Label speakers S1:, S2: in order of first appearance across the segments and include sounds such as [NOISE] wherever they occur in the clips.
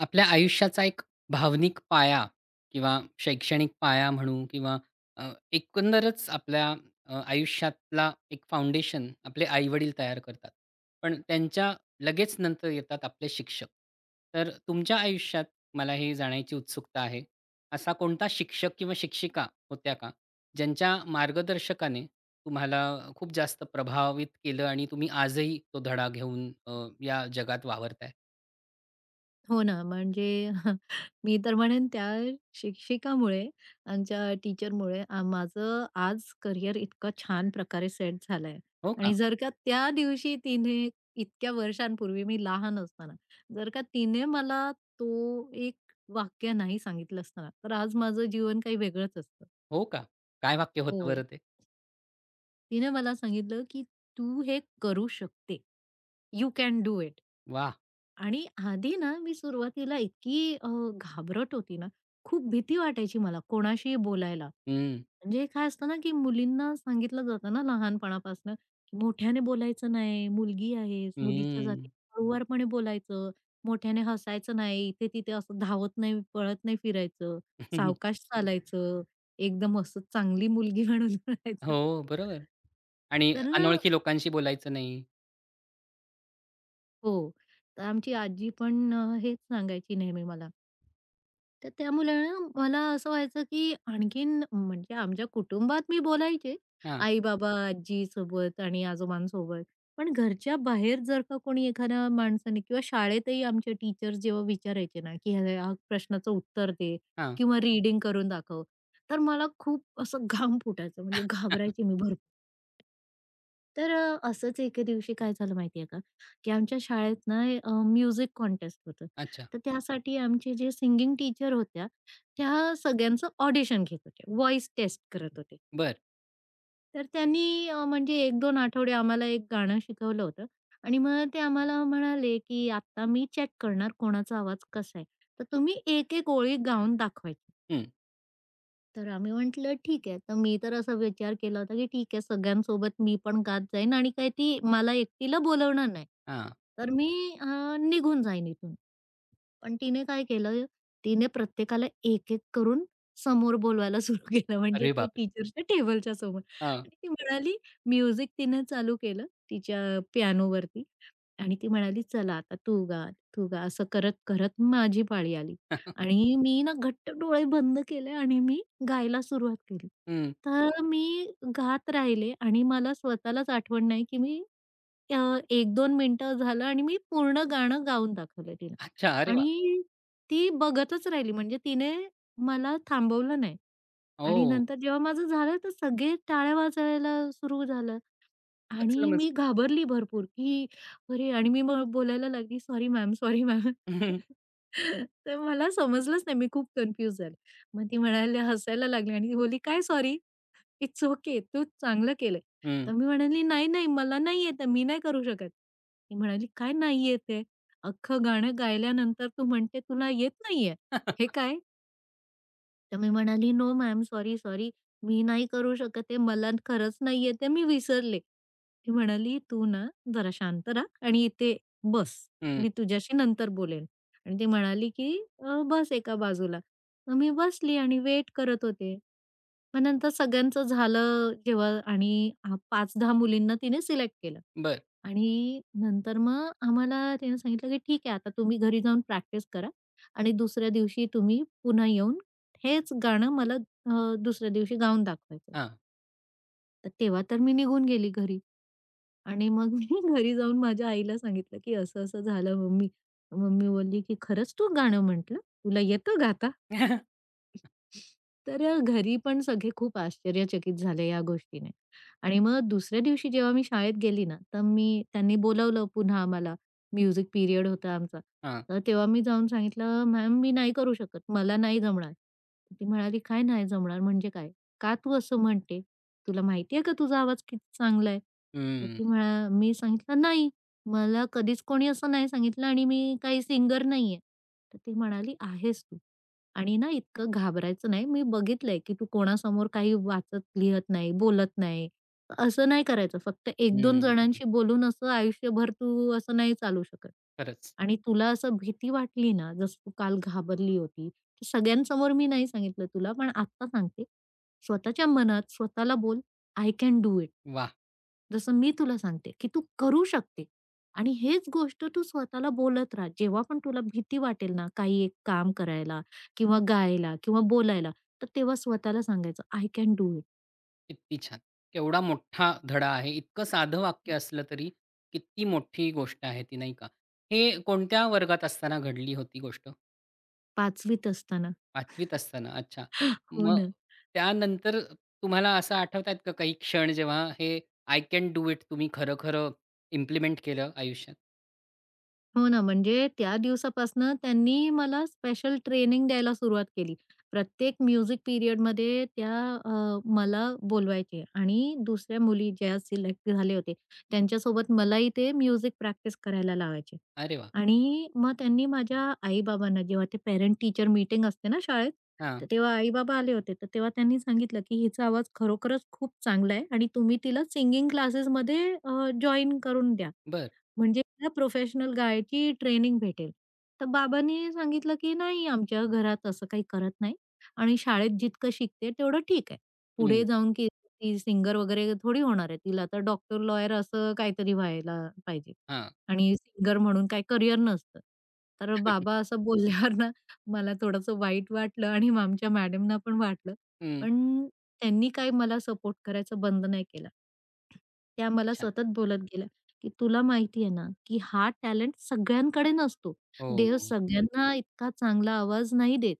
S1: आपल्या आयुष्याचा एक भावनिक पाया किंवा शैक्षणिक पाया म्हणू किंवा अ, एकंदरच आपल्या आयुष्यातला एक फाउंडेशन आपले आई तयार करतात. पण त्यांच्या लगेच नंतर येतात आपले शिक्षक. तर तुमच्या आयुष्यात मला हे जाण्याची उत्सुकता आहे. असा कोणता शिक्षक किंवा शिक्षिका होत्या का? ज्यांच्या मार्गदर्शकाने तुम्हाला खूप जास्त प्रभावित केलं आणि तुम्ही आजही तो धडा घेऊन या जगात वावरताय.
S2: हो ना, म्हणजे [LAUGHS] मी तर म्हणेन त्या शिक्षिकामुळे, आमच्या टीचरमुळे माझं आज करियर इतकं छान प्रकारे सेट झालंय
S1: हो का?
S2: आणि जर का त्या दिवशी तिने इतक्या वर्षांपूर्वी मी लहान असताना, जर का तिने मला तो एक वाक्य नाही सांगितलं असतं ना, तर आज माझं जीवन काही वेगळंच असतं.
S1: हो का? काय वाक्य
S2: हो.
S1: होतं बरं ते?
S2: तिने मला सांगितलं, की "तू हे करू शकते. You can do it."
S1: वाह!
S2: आणि आधी ना, मी सुरुवातीला इतकी घाबरट होती ना, खूप भीती वाटायची मला कोणाशीही बोलायला.
S1: हं,
S2: म्हणजे काय असतं ना, की मुलींना सांगितलं जातं ना लहानपणापासनं, की मोठ्याने बोलायचं नाही, मुलगी आहेस, मुलीच्या जाती
S1: हं.
S2: हळूवारपणे बोलायचं, मोठ्याने हसायचं नाही, इथे-तिथे असं धावत नाही, पळत नाही फिरायचं,
S1: [LAUGHS]
S2: सावकाश चालायचं, एकदम असं चांगली मुलगी [LAUGHS] म्हणून राहायचं.
S1: हो, बरोबर. आणि
S2: तर ना
S1: अनोळखी लोकांशी बोलायचं नाही.
S2: हो. तर आमची आजी पण हेच सांगायची नेहमी मला. तर त्यामुळे ना मला असं व्हायचं, की आणखीन म्हणजे आमच्या कुटुंबात मी बोलायचे.
S1: हां,
S2: आई-बाबा, आजीसोबत आणि आजोबांसोबत. पण घरच्या बाहेर जर का कोणी एखाद्या माणसाने किंवा शाळेतही आमचे टीचर जेव्हा विचारायचे ना, की ह्या ह्या प्रश्नाचं उत्तर दे
S1: हां.
S2: किंवा रीडिंग करून दाखव. तर मला खूप असं [LAUGHS] घाम फुटायचं म्हणजे
S1: [LAUGHS]
S2: घाबरायचे मी भरपूर. तर असंच एके दिवशी काय झालं माहितीये का, की आमच्या शाळेत ना म्युझिक कॉन्टेस्ट होतं.
S1: अच्छा.
S2: तर त्यासाठी आमचे जे सिंगिंग टीचर होत्या, त्या सगळ्यांचं ऑडिशन घेत होत्या. व्हॉईस टेस्ट करत होते.
S1: बरं.
S2: तर त्यांनी म्हणजे 1-2 आठवडे आम्हाला एक गाणं शिकवलं होतं आणि मग ते आम्हाला म्हणाले, की "आता मी चेक करणार कोणाचा आवाज कसा आहे. तर तुम्ही एक-एक ओळी गाऊन दाखवायची."
S1: हं.
S2: तर आम्ही म्हटलं ठीक आहे. तर मी तर असा विचार केला होता, की ठीक आहे सगळ्यांसोबत मी पण गात जाईन आणि काही ती मला एकटीला बोलवणार नाही.
S1: हां.
S2: तर मी अ, निघून जाईन इथून. पण तिने काय केलं, तिने प्रत्येकाला एक-एक करून समोर बोलवायला [LAUGHS] सुरू केलं म्हणजे
S1: अरे
S2: ते
S1: बापरे!
S2: टीचरच्या टेबलच्या समोर
S1: हां.
S2: आणि ती म्हणाली म्युझिक तिने चालू केलं तिच्या पियानोवरती आणि ती म्हणाली, "चला आता तू गा, तू गा." असं करत-करत माझी पाळी आली
S1: [LAUGHS]
S2: आणि मी ना घट्ट डोळे बंद केले आणि मी गायला सुरुवात केली.
S1: हं.
S2: तर मी गात राहिले आणि मला स्वतःलाच आठवण नाही, की मी अ, 1-2 मिनिटं झालं आणि मी पूर्ण गाणं गाऊन दाखवलं तिला
S1: अच्छा. अरे वाह!
S2: आणि ती बघतच राहिली. म्हणजे तिने मला थांबवलं नाही आणि
S1: हो.
S2: नंतर जेव्हा माझं झालं, तर सगळे टाळ्या वाजवायला सुरू झालं.
S1: कसलं
S2: आणि
S1: मस्त.
S2: मी घाबरली भरपूर, की अरे आणि मी मग बोलायला लागली, "सॉरी मॅम, सॉरी मॅम." [LAUGHS]
S1: [LAUGHS]
S2: तर मला समजलंच नाही. मी खूप कन्फ्यूज झाले. मग ती म्हणाली हसायला लागली आणि ती बोलली, "काय सॉरी? It's okay. तू चांगलं केलंय."
S1: हं.
S2: तर मी म्हणाली, "नाही, नाही. मला नाही येत मी नाही करू शकत." ती म्हणाली, "काय नाही येत अख्खं गाणं गायल्यानंतर तू म्हणते तुला येत नाहीये. हे काय?" तर मी म्हणाली, "नो मॅम, सॉरी, सॉरी. मी नाही करू शकत आहे. मला खरंच नाही येत आहे. मी विसरले." ती म्हणाली, "तू ना जरा शांत राहा आणि इथे बस.
S1: हं.
S2: मी तुझ्याशी नंतर बोलेन." आणि ती म्हणाली, की " बस एका बाजूला." मग मी बसली आणि वेट करत होते. मग नंतर सगळ्यांचं झालं जेव्हा आणि 5-10 मुलींना तिने सिलेक्ट केलं.
S1: बरं.
S2: आणि नंतर मग आम्हाला त्यानं सांगितलं, की "ठीक आहे, आता तुम्ही घरी जाऊन प्रॅक्टिस करा आणि दुसऱ्या दिवशी तुम्ही पुन्हा येऊन हेच गाणं मला दुसऱ्या दिवशी गाऊन दाखवायचं."
S1: हां.
S2: तर तेव्हा तर मी निघून गेली घरी आणि मग मी [LAUGHS] घरी जाऊन माझ्या आईला सांगितलं, की "असं-असं झालं मम्मी." मम्मी बोलली, की "खरंच तू गाणं म्हटलं? तुला येतं गाता?"
S1: [LAUGHS]
S2: तर घरी पण सगळे खूप आश्चर्यचकित झाले या गोष्टीने आणि हं. मग दुसऱ्या दिवशी जेव्हा मी शाळेत गेली ना, तर मी त्यांनी बोलावलं पुन्हा आम्हाला. म्युझिक पिरियड होता आमचा.
S1: हां.
S2: तर तेव्हा मी जाऊन सांगितलं, "मॅम मी नाही करू शकत. मला नाही जमणार." ती म्हणाली, "काय नाही जमणार म्हणजे काय? का तू असं म्हणते? तुला माहिती आहे का तुझा आवाज किती चांगला आहे?" तर
S1: हं,
S2: ती म्हणा मी सांगितलं, "नाही. मला कधीच कोणी असं नाही सांगितलं आणि मी काही सिंगर नाहीये." तर ती म्हणाली, "आहेस तू." आणि ना इतकं घाबरायचं नाही. मी बघितलंय की तू कोणासमोर काही वाचत, लिहत नाही, बोलत नाही. असं नाही करायचं. फक्त एक 2
S1: हं.
S2: जणांशी बोलून असं आयुष्यभर तू असं नाही चालू शकत.
S1: खरंच.
S2: आणि तुला असं भीती वाटली ना, जसं तू काल घाबरली होती. तर सगळ्यांसमोर मी नाही सांगितलं तुला, पण आत्ता सांगते. स्वतःच्या मनात स्वतःला बोल, "आय कॅन डू इट."
S1: वाह!
S2: जसं मी तुला सांगते की तू करू शकते. आणि हेच गोष्ट तू स्वतःला बोलत राहा. जेव्हा पण तुला भीती वाटेल ना, काही एक काम करायला किंवा गायला किंवा बोलायला, तर तेव्हा स्वतःला सांगायचं, "आय कॅन डू इट."
S1: किती छान! केवढा मोठा धडा आहे. इतकं साधं वाक्य असलं तरी किती मोठी गोष्ट आहे ती, नाही का? हे कोणत्या वर्गात असताना घडली होती गोष्ट?
S2: 5वीत असताना.
S1: 5वीत असताना. अच्छा.
S2: [GASPS] हो
S1: मग
S2: ना.
S1: त्यानंतर तुम्हाला असं आठवत आहेत का काही क्षण जेव्हा हे आय कॅन डू इट तुम्ही खरं-खरं इम्प्लिमेंट केलं आयुष्यात?
S2: हो ना. म्हणजे त्या दिवसापासनं त्यांनी मला स्पेशल ट्रेनिंग द्यायला सुरुवात केली. प्रत्येक म्युझिक पिरियडमध्ये त्या अ, मला बोलवायचे आणि दुसऱ्या मुली ज्या सिलेक्ट झाले होते, त्यांच्यासोबत मलाही ते म्युझिक प्रॅक्टिस करायला लावायचे.
S1: अरे वाह!
S2: आणि मग त्यांनी माझ्या आई-बाबांना जेव्हा ते पेरेंट टीचर मीटिंग असते ना शाळेत,
S1: हां.
S2: तर तेव्हा आई-बाबा आले होते. तर तेव्हा त्यांनी सांगितलं, की "हिचा आवाज खरोखरच खूप चांगला आहे आणि तुम्ही तिला सिंगिंग क्लासेसमध्ये जॉइन करून द्या."
S1: बरं.
S2: म्हणजे मला प्रोफेशनल गायची ट्रेनिंग भेटेल. तर बाबांनी सांगितलं, की "नाही, आमच्या घरात असं काही करत नाही आणि शाळेत जितकं शिकते तेवढं ठीक आहे. पुढे
S1: हं.
S2: जाऊन की ती सिंगर वगैरे थोडी होणार आहे. तिला तर डॉक्टर, लॉयर असं काहीतरी व्हायला पाहिजे
S1: हां.
S2: आणि सिंगर म्हणून काही करिअर नसतं." तर बाबा असं बोलल्यावर ना मला थोडंसं वाईट वाटलं आणि मग आमच्या मॅडमना पण वाटलं.
S1: हं.
S2: पण त्यांनी काही मला सपोर्ट करायचं बंद नाही केला. त्या मला
S1: छान.
S2: सतत बोलत गेल्या. की तुला माहिती आहे ना, की हा टॅलेंट सगळ्यांकडे नसतो.
S1: हो,
S2: देव
S1: हो.
S2: सगळ्यांना इतका चांगला आवाज नाही देत.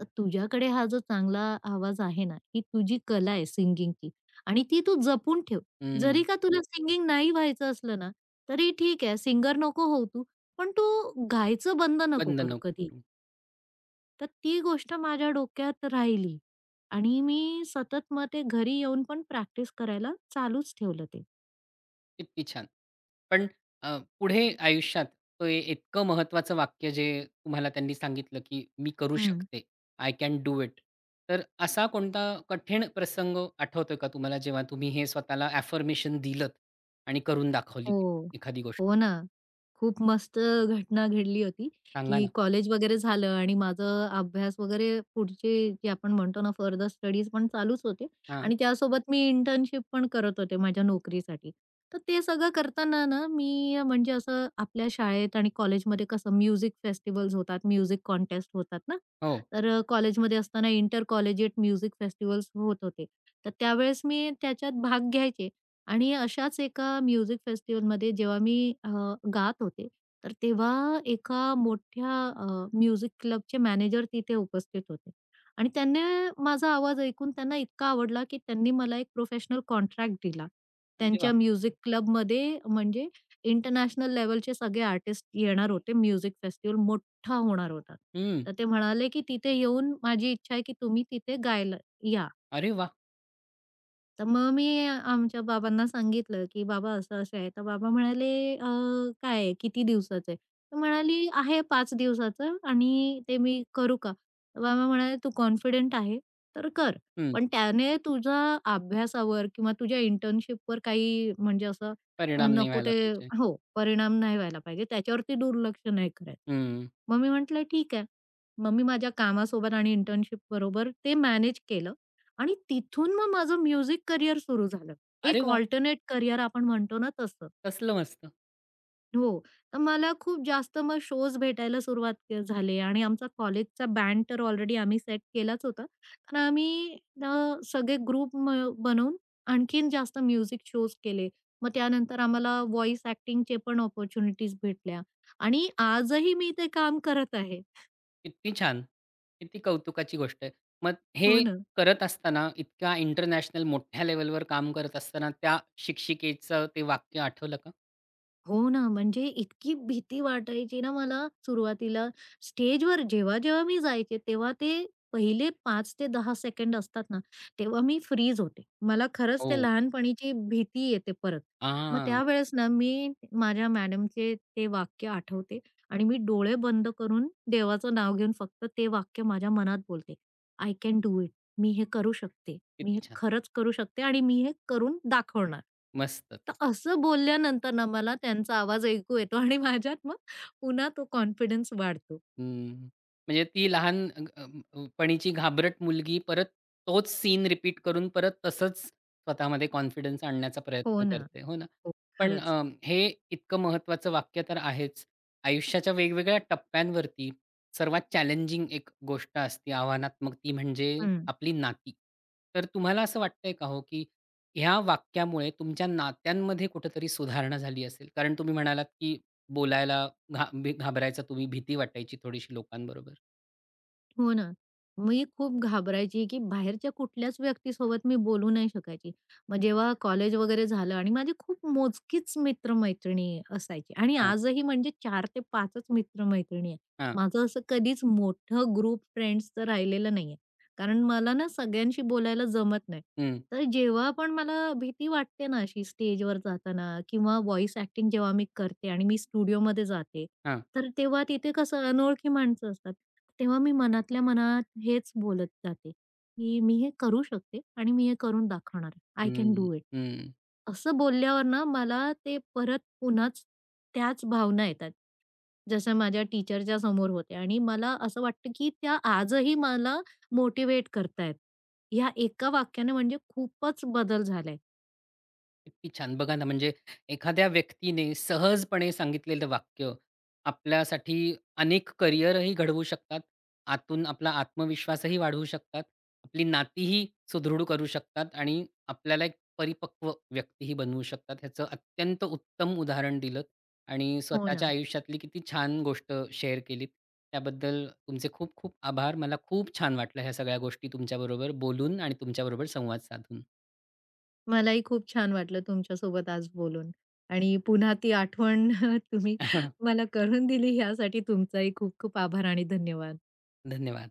S2: तर तुझ्याकडे हा जो चांगला आवाज आहे ना, ही तुझी कला आहे सिंगिंगची आणि ती तू जपून ठेव. जरी
S1: हं.
S2: का तुला सिंगिंग नाही व्हायचं असलं ना, तरी ठीक आहे सिंगर नको होऊ तू, पण तू गायचं बंद नको
S1: बंद
S2: करू
S1: नको
S2: कधी.
S1: करू.
S2: तर ती गोष्ट माझ्या डोक्यात राहिली आणि मी सतत मग ते घरी येऊन पण प्रॅक्टिस करायला चालूच ठेवलं ते.
S1: किती छान. पण पुढे आयुष्यात ते इतकं महत्त्वाचं वाक्य जे तुम्हाला त्यांनी सांगितलं, की "मी करू शकते. I can do it." तर असा कोणता कठीण प्रसंग आठवतोय का तुम्हाला, जेव्हा तुम्ही हे स्वतःला अफर्मेशन दिलत आणि करून दाखवली
S2: हो.
S1: एखादी गोष्ट?
S2: हो ना. खूप मस्त घटना घडली होती,
S1: सांगा
S2: की
S1: ना?
S2: कॉलेज वगैरे झालं आणि माझं अभ्यास वगैरे पुढचे जे आपण म्हणतो ना फर्दर स्टडीज पण चालूच होते
S1: हां.
S2: आणि त्यासोबत मी इंटर्नशिप पण करत होते माझ्या नोकरीसाठी. तर ते सगळं करताना ना मी म्हणजे असं आपल्या शाळेत आणि कॉलेजमध्ये कसं म्युझिक फेस्टिव्हल्स होतात, म्युझिक कॉन्टेस्ट होतात ना.
S1: हो.
S2: तर कॉलेजमध्ये असताना इंटर कॉलेजिएट म्युझिक फेस्टिव्हल्स होत होते. तर त्यावेळेस मी त्याच्यात भाग घ्यायचे आणि अशाच एका म्युझिक फेस्टिव्हलमध्ये जेव्हा मी गात होते, तर तेव्हा एका मोठ्या अ, म्युझिक क्लबचे मॅनेजर तिथे उपस्थित होते आणि त्यांनी माझा आवाज ऐकून त्यांना इतका आवडला, की त्यांनी मला एक प्रोफेशनल कॉन्ट्रॅक्ट दिला.
S1: अरे वाह!
S2: त्यांच्या म्युझिक क्लबमध्ये म्हणजे इंटरनॅशनल लेव्हलचे सगळे आर्टिस्ट येणार होते. म्युझिक फेस्टिव्हल मोठा होणार होता.
S1: हं.
S2: तर ते म्हणाले, की "तिथे येऊन माझी इच्छा आहे, की तुम्ही तिथे गायला या."
S1: अरे वाह!
S2: तर मग मी आमच्या बाबांना सांगितलं, की "बाबा असं-असं आहे." तर बाबा म्हणाले, "अ, काय आहे? किती दिवसाचं आहे?" तर म्हणाली, "आहे 5 दिवसाचं आणि ते मी करू का?" तर बाबा म्हणाले, "तू कॉन्फिडंट आहे तर कर.
S1: हं.
S2: पण त्याने तुझा अभ्यासावर किंवा तुझ्या इंटर्नशिपवर काही म्हणजे असं अ,
S1: परिणाम नाही
S2: नको
S1: व्हायला
S2: ते
S1: पाहिजे.
S2: हो, परिणाम नाही व्हायला पाहिजे. त्याच्यावरती दुर्लक्ष नाही करायचं."
S1: हं.
S2: मग मी म्हटलं, "ठीक आहे." मग मी माझ्या कामासोबत आणि इंटर्नशिप बरोबर ते मॅनेज केलं. आणि तिथून मग माझं म्युझिक करियर सुरू झालं.
S1: अरे
S2: एक
S1: वाह!
S2: अल्टरनेट करियर आपण म्हणतो ना तसं.
S1: कसलं मस्त.
S2: हो. तर मला खूप जास्त मग शोज भेटायला सुरुवात झाले आणि आमचा कॉलेजचा बँड तर ऑलरेडी आम्ही सेट केलाच होता. तर आम्ही अ, सगळे ग्रुप बनवून आणखीन जास्त म्युझिक शोज केले. मग त्यानंतर आम्हाला व्हॉईस ॲक्टिंगचे पण अपॉर्च्युनिटीज भेटल्या आणि आजही मी ते काम करत आहे.
S1: किती छान! किती कौतुकाची गोष्ट आहे. मग हे
S2: हो ना.
S1: करत असताना इतक्या इंटरनॅशनल मोठ्या लेव्हलवर काम करत असताना त्या शिक्षिकेचं ते वाक्य आठवलं का?
S2: हो ना, म्हणजे इतकी भीती वाटायची ना मला सुरुवातीला. स्टेजवर जेव्हा-जेव्हा मी जायचे, तेव्हा ते पहिले 5 ते 10 सेकंड असतात ना, तेव्हा मी फ्रीज होते. मला खरंच
S1: हो,
S2: ते लहानपणीची भीती येते परत. मग
S1: हां,
S2: त्यावेळेस ना, मी माझ्या मॅडमचे ते वाक्य आठवते आणि मी डोळे बंद करून देवाचं नाव घेऊन फक्त ते वाक्य माझ्या मनात बोलते. "I can do it." मी हे करू शकते. मी
S1: किती
S2: हे
S1: छान.
S2: खरंच करू शकते आणि मी हे करून दाखवणार. तर
S1: मस्तच.
S2: असं बोलल्यानंतर ना मला त्यांचा आवाज ऐकू येतो आणि माझ्यात मग पुन्हा तो कॉन्फिडन्स वाढतो.
S1: हं. म्हणजे ती लहान अ, अ, अ, पणीची घाबरट मुलगी परत तोच सीन रिपीट करून परत तसंच स्वतःमध्ये कॉन्फिडन्स आणण्याचा
S2: हो
S1: प्रयत्न
S2: ना.
S1: करते. हो ना.
S2: हो,
S1: पण
S2: खरंच.
S1: हे इतकं महत्त्वाचं वाक्य तर आहेच. आयुष्याच्या वेगवेगळ्या टप्प्यांवरती सर्वात चॅलेंजिंग एक गोष्ट असते आव्हानात्मक ती म्हणजे
S2: हं.
S1: आपली नाती. तर तुम्हाला असं वाटतंय का हो, की ह्या वाक्यामुळे तुमच्या नात्यांमध्ये कुठेतरी सुधारणा झाली असेल? कारण तुम्ही म्हणालात, की बोलायला घा भी घाबरायचा तुम्ही, भीती वाटायची थोडीशी लोकांबरोबर.
S2: हो ना. मी खूप घाबरायची, की बाहेरच्या कुठल्याच व्यक्तीसोबत मी बोलू नाही शकायची. मग जेव्हा कॉलेज वगैरे झालं आणि माझी खूप मोजकीच मित्र-मैत्रिणी असायची आणि
S1: हां,
S2: आजही म्हणजे चार ते 5 च मित्र-मैत्रिणी आहे.
S1: हां.
S2: माझं असं कधीच मोठं ग्रुप फ्रेंड्सचं राहिलेलं नाहीये. कारण मला ना सगळ्यांशी बोलायला जमत नाही.
S1: हं,
S2: तर जेव्हा पण मला भीती वाटते ना अशी स्टेजवर जाताना किंवा व्हॉईस ॲक्टिंग जेव्हा मी करते आणि मी स्टुडिओमध्ये जाते
S1: हां.
S2: तर तेव्हा तिथे कसं अनोळखी माणसं असतात. तेव्हा मी मनातल्या मनात हेच बोलत जाते, की "मी हे करू शकते आणि मी हे करून दाखवणार. आय कॅन
S1: हं,
S2: डू इट."
S1: हं.
S2: असं बोलल्यावर ना मला ते परत त्याच भावना येतात, जशा माझ्या टीचरच्या समोर होते आणि मला असं वाटतं, की त्या आजही मला मोटिव्हेट करतायत. या एका वाक्याने म्हणजे खूपच बदल झालाय.
S1: किती छान. बघा ना, म्हणजे एखाद्या व्यक्तीने सहजपणे सांगितलेलं वाक्य आपल्यासाठी अनेक करिअरही घडवू शकतात. आतून आपला आत्मविश्वासही वाढवू शकतात. आपली नातीही सुदृढ करू शकतात आणि आपल्याला एक परिपक्व व्यक्तीही बनवू शकतात. ह्याचं अत्यंत उत्तम उदाहरण दिलंत आणि
S2: हो
S1: स्वतःच्या
S2: ना.
S1: आयुष्यातली किती छान गोष्ट शेअर केलीत. त्याबद्दल तुमचे खूप खूप आभार. मला खूप छान वाटलं ह्या सगळ्या गोष्टी तुमच्याबरोबर बोलून आणि तुमच्याबरोबर संवाद साधून.
S2: मलाही खूप छान वाटलं तुमच्यासोबत आज बोलून आणि पुन्हा ती आठवण [LAUGHS] तुम्ही
S1: [LAUGHS]
S2: मला करून दिली यासाठी तुमचाही खूप खूप आभार आणि धन्यवाद.
S1: धन्यवाद.